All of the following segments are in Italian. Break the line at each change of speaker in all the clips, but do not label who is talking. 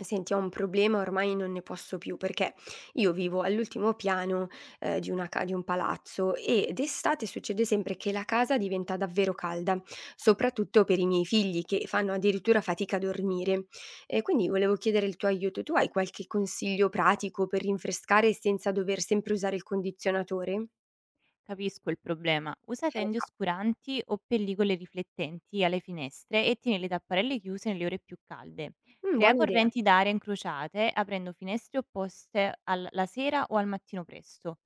Senti, ho un problema, ormai non ne posso più perché io vivo all'ultimo piano, di una ca di un palazzo e d'estate succede sempre che la casa diventa davvero calda, soprattutto per i miei figli che fanno addirittura fatica a dormire. E quindi volevo chiedere il tuo aiuto. Tu hai qualche consiglio pratico per rinfrescare senza dover sempre usare il condizionatore?
Capisco il problema. Usa
Eh
tende
già.
oscuranti o pellicole riflettenti alle finestre e tieni le tapparelle chiuse nelle ore più calde. Crea
Buona idea.
correnti d'aria incrociate aprendo finestre opposte la sera o al mattino presto.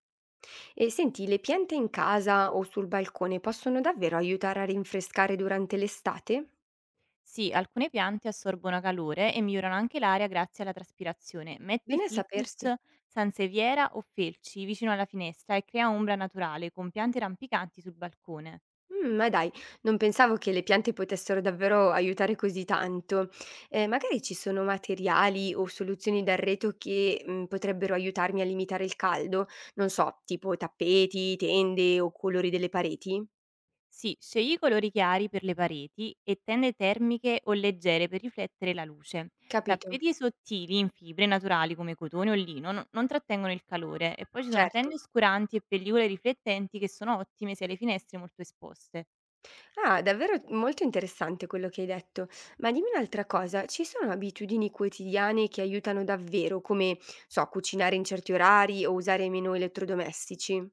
E senti, le piante in casa o sul balcone possono davvero aiutare a rinfrescare durante l'estate?
Sì, alcune piante assorbono calore e migliorano anche l'aria grazie alla traspirazione. Metti
Bene a
ficus,
sapersi.
sanseviera o felci vicino alla finestra e crea ombra naturale con piante rampicanti sul balcone.
Ma dai, non pensavo che le piante potessero davvero aiutare così tanto. Magari ci sono materiali o soluzioni d'arredo che, potrebbero aiutarmi a limitare il caldo? Non so, tipo tappeti, tende o colori delle pareti?
Sì, scegli i colori chiari per le pareti e tende termiche o leggere per riflettere la luce.
Capito,
Tappeti sottili in fibre naturali come cotone o lino non trattengono il calore e poi ci sono tende
certo.
oscuranti e pellicole riflettenti che sono ottime se le finestre molto esposte.
Ah, davvero molto interessante quello che hai detto. Ma dimmi un'altra cosa, ci sono abitudini quotidiane che aiutano davvero, come, so, cucinare in certi orari o usare meno elettrodomestici?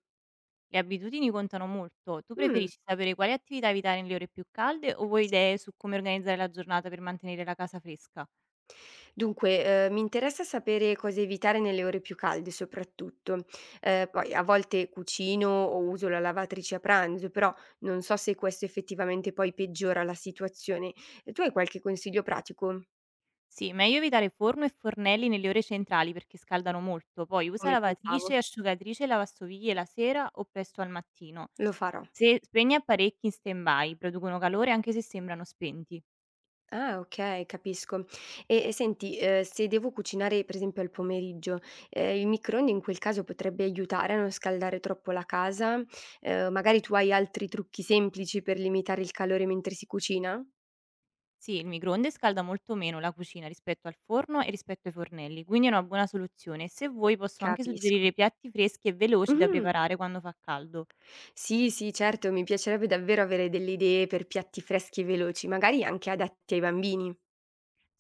Le abitudini contano molto. Tu
Mh.
preferisci sapere quali attività evitare nelle ore più calde o vuoi idee su come organizzare la giornata per mantenere la casa fresca?
Dunque, mi interessa sapere cosa evitare nelle ore più calde soprattutto. Poi a volte cucino o uso la lavatrice a pranzo, però non so se questo effettivamente poi peggiora la situazione. E tu hai qualche consiglio pratico?
Sì, meglio evitare forno e fornelli nelle ore centrali perché scaldano molto, poi usa
Come pensavo.
lavatrice, asciugatrice e lavastoviglie la sera o presto al mattino.
Lo farò.
Se spegni apparecchi in stand-by, producono calore anche se sembrano spenti.
Ah, okay, capisco. E senti, se devo cucinare per esempio al pomeriggio, il microonde in quel caso potrebbe aiutare a non scaldare troppo la casa? Magari tu hai altri trucchi semplici per limitare il calore mentre si cucina?
Sì, il microonde scalda molto meno la cucina rispetto al forno e rispetto ai fornelli, quindi è una buona soluzione. Se vuoi posso anche suggerire
Capisco.
piatti freschi e veloci da
Mh-mh.
preparare quando fa caldo.
Sì, sì, certo, mi piacerebbe davvero avere delle idee per piatti freschi e veloci, magari anche adatti ai bambini.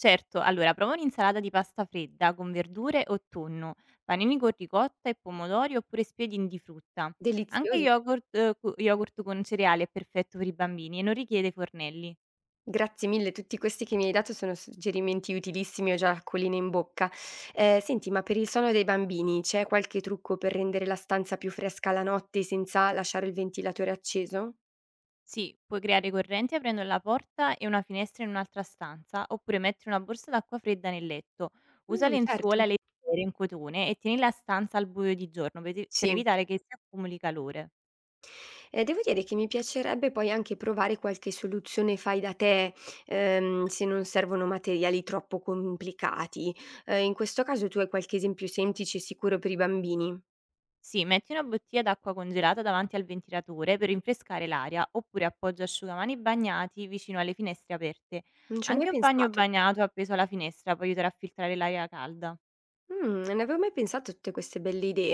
Certo, allora prova un'insalata di pasta fredda con verdure o tonno, panini con ricotta e pomodori oppure spiedini di frutta. Anche
Delizioso.
yogurt, yogurt con cereali è perfetto per i bambini e non richiede fornelli.
Grazie mille, tutti questi che mi hai dato sono suggerimenti utilissimi, ho già l'acquolina in bocca. Senti, ma per il sonno dei bambini c'è qualche trucco per rendere la stanza più fresca la notte senza lasciare il ventilatore acceso?
Sì, puoi creare correnti aprendo la porta e una finestra in un'altra stanza, oppure mettere una borsa d'acqua fredda nel letto. Usa
Certo.
lenzuola leggere in cotone e tieni la stanza al buio di giorno per
Sì.
evitare che si accumuli calore.
Devo dire che mi piacerebbe poi anche provare qualche soluzione fai da te, se non servono materiali troppo complicati. In questo caso tu hai qualche esempio semplice e sicuro per i bambini?
Sì, metti una bottiglia d'acqua congelata davanti al ventilatore per rinfrescare l'aria, oppure appoggia asciugamani bagnati vicino alle finestre aperte.
Non ci ho mai
Anche un bagno
pensato.
bagnato appeso alla finestra può aiutare a filtrare l'aria calda.
Non avevo mai pensato a tutte queste belle idee.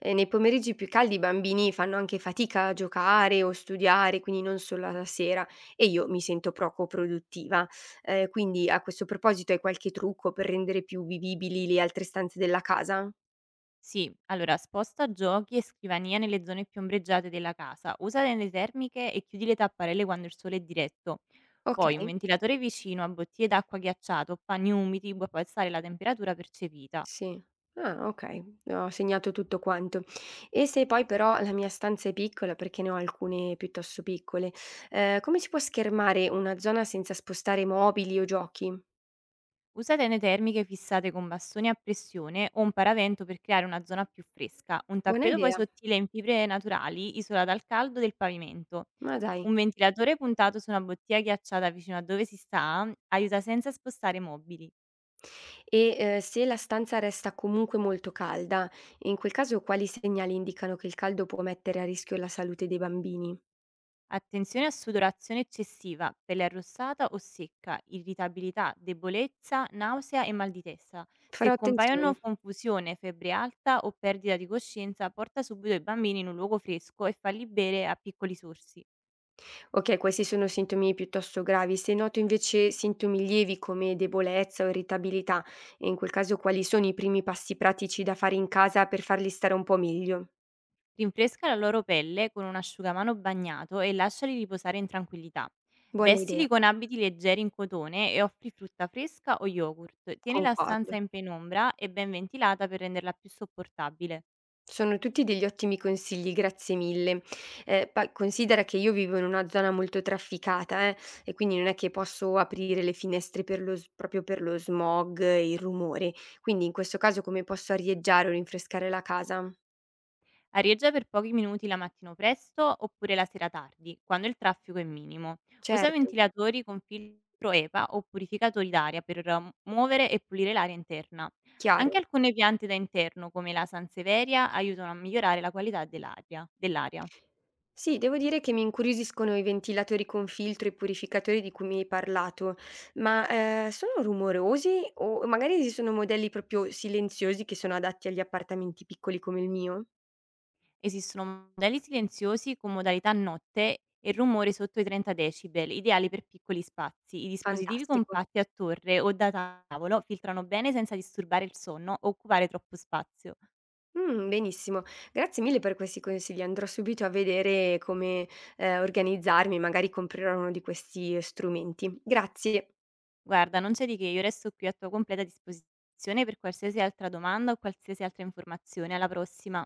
Nei pomeriggi più caldi i bambini fanno anche fatica a giocare o studiare, quindi non solo alla sera, e io mi sento poco produttiva. Quindi a questo proposito hai qualche trucco per rendere più vivibili le altre stanze della casa?
Sì, allora sposta giochi e scrivania nelle zone più ombreggiate della casa, usa le termiche e chiudi le tapparelle quando il sole è diretto. Poi un
Okay.
ventilatore vicino a bottiglie d'acqua ghiacciato o panni umidi può abbassare la temperatura percepita.
Sì. Ah, okay. Ho segnato tutto quanto. E se poi però la mia stanza è piccola, perché ne ho alcune piuttosto piccole, come si può schermare una zona senza spostare mobili o giochi?
Usa tende termiche fissate con bastoni a pressione o un paravento per creare una zona più fresca. Un
Buona
tappeto poi
idea.
sottile in fibre naturali isola dal caldo del pavimento.
Ma dai.
Un ventilatore puntato su una bottiglia ghiacciata vicino a dove si sta aiuta senza spostare i mobili.
E, se la stanza resta comunque molto calda, in quel caso quali segnali indicano che il caldo può mettere a rischio la salute dei bambini?
Attenzione a sudorazione eccessiva, pelle arrossata o secca, irritabilità, debolezza, nausea e mal di testa. Se
Farò attenzione.
compaiono confusione, febbre alta o perdita di coscienza, porta subito i bambini in un luogo fresco e falli bere a piccoli sorsi.
Okay, questi sono sintomi piuttosto gravi. Se noto invece sintomi lievi come debolezza o irritabilità, e in quel caso quali sono i primi passi pratici da fare in casa per farli stare un po' meglio?
Rinfresca la loro pelle con un asciugamano bagnato e lasciali riposare in tranquillità.
Buona
Vestili
idea,
con abiti leggeri in cotone e offri frutta fresca o yogurt. Tieni la
concordo.
stanza in penombra e ben ventilata per renderla più sopportabile.
Sono tutti degli ottimi consigli, grazie mille. Poi considera che io vivo in una zona molto trafficata, e quindi non è che posso aprire le finestre per lo s proprio per lo smog e il rumore. Quindi in questo caso come posso arieggiare o rinfrescare la casa?
Arieggia per pochi minuti la mattina presto oppure la sera tardi, quando il traffico è minimo. Usa
Certo,
ventilatori con filtro EPA o purificatori d'aria per muovere e pulire l'aria interna.
chiaro.
Anche alcune piante da interno, come la Sanseveria, aiutano a migliorare la qualità dell'aria.
Sì, devo dire che mi incuriosiscono i ventilatori con filtro e i purificatori di cui mi hai parlato, ma, sono rumorosi o magari ci sono modelli proprio silenziosi che sono adatti agli appartamenti piccoli come il mio?
Esistono modelli silenziosi con modalità notte e rumore sotto i 30 decibel, ideali per piccoli spazi. I dispositivi
Fantastico.
compatti a torre o da tavolo filtrano bene senza disturbare il sonno o occupare troppo spazio.
Benissimo. Grazie mille per questi consigli. Andrò subito a vedere come, organizzarmi, magari comprerò uno di questi strumenti. Grazie.
Guarda, non c'è di che, io resto qui a tua completa disposizione per qualsiasi altra domanda o qualsiasi altra informazione. Alla prossima.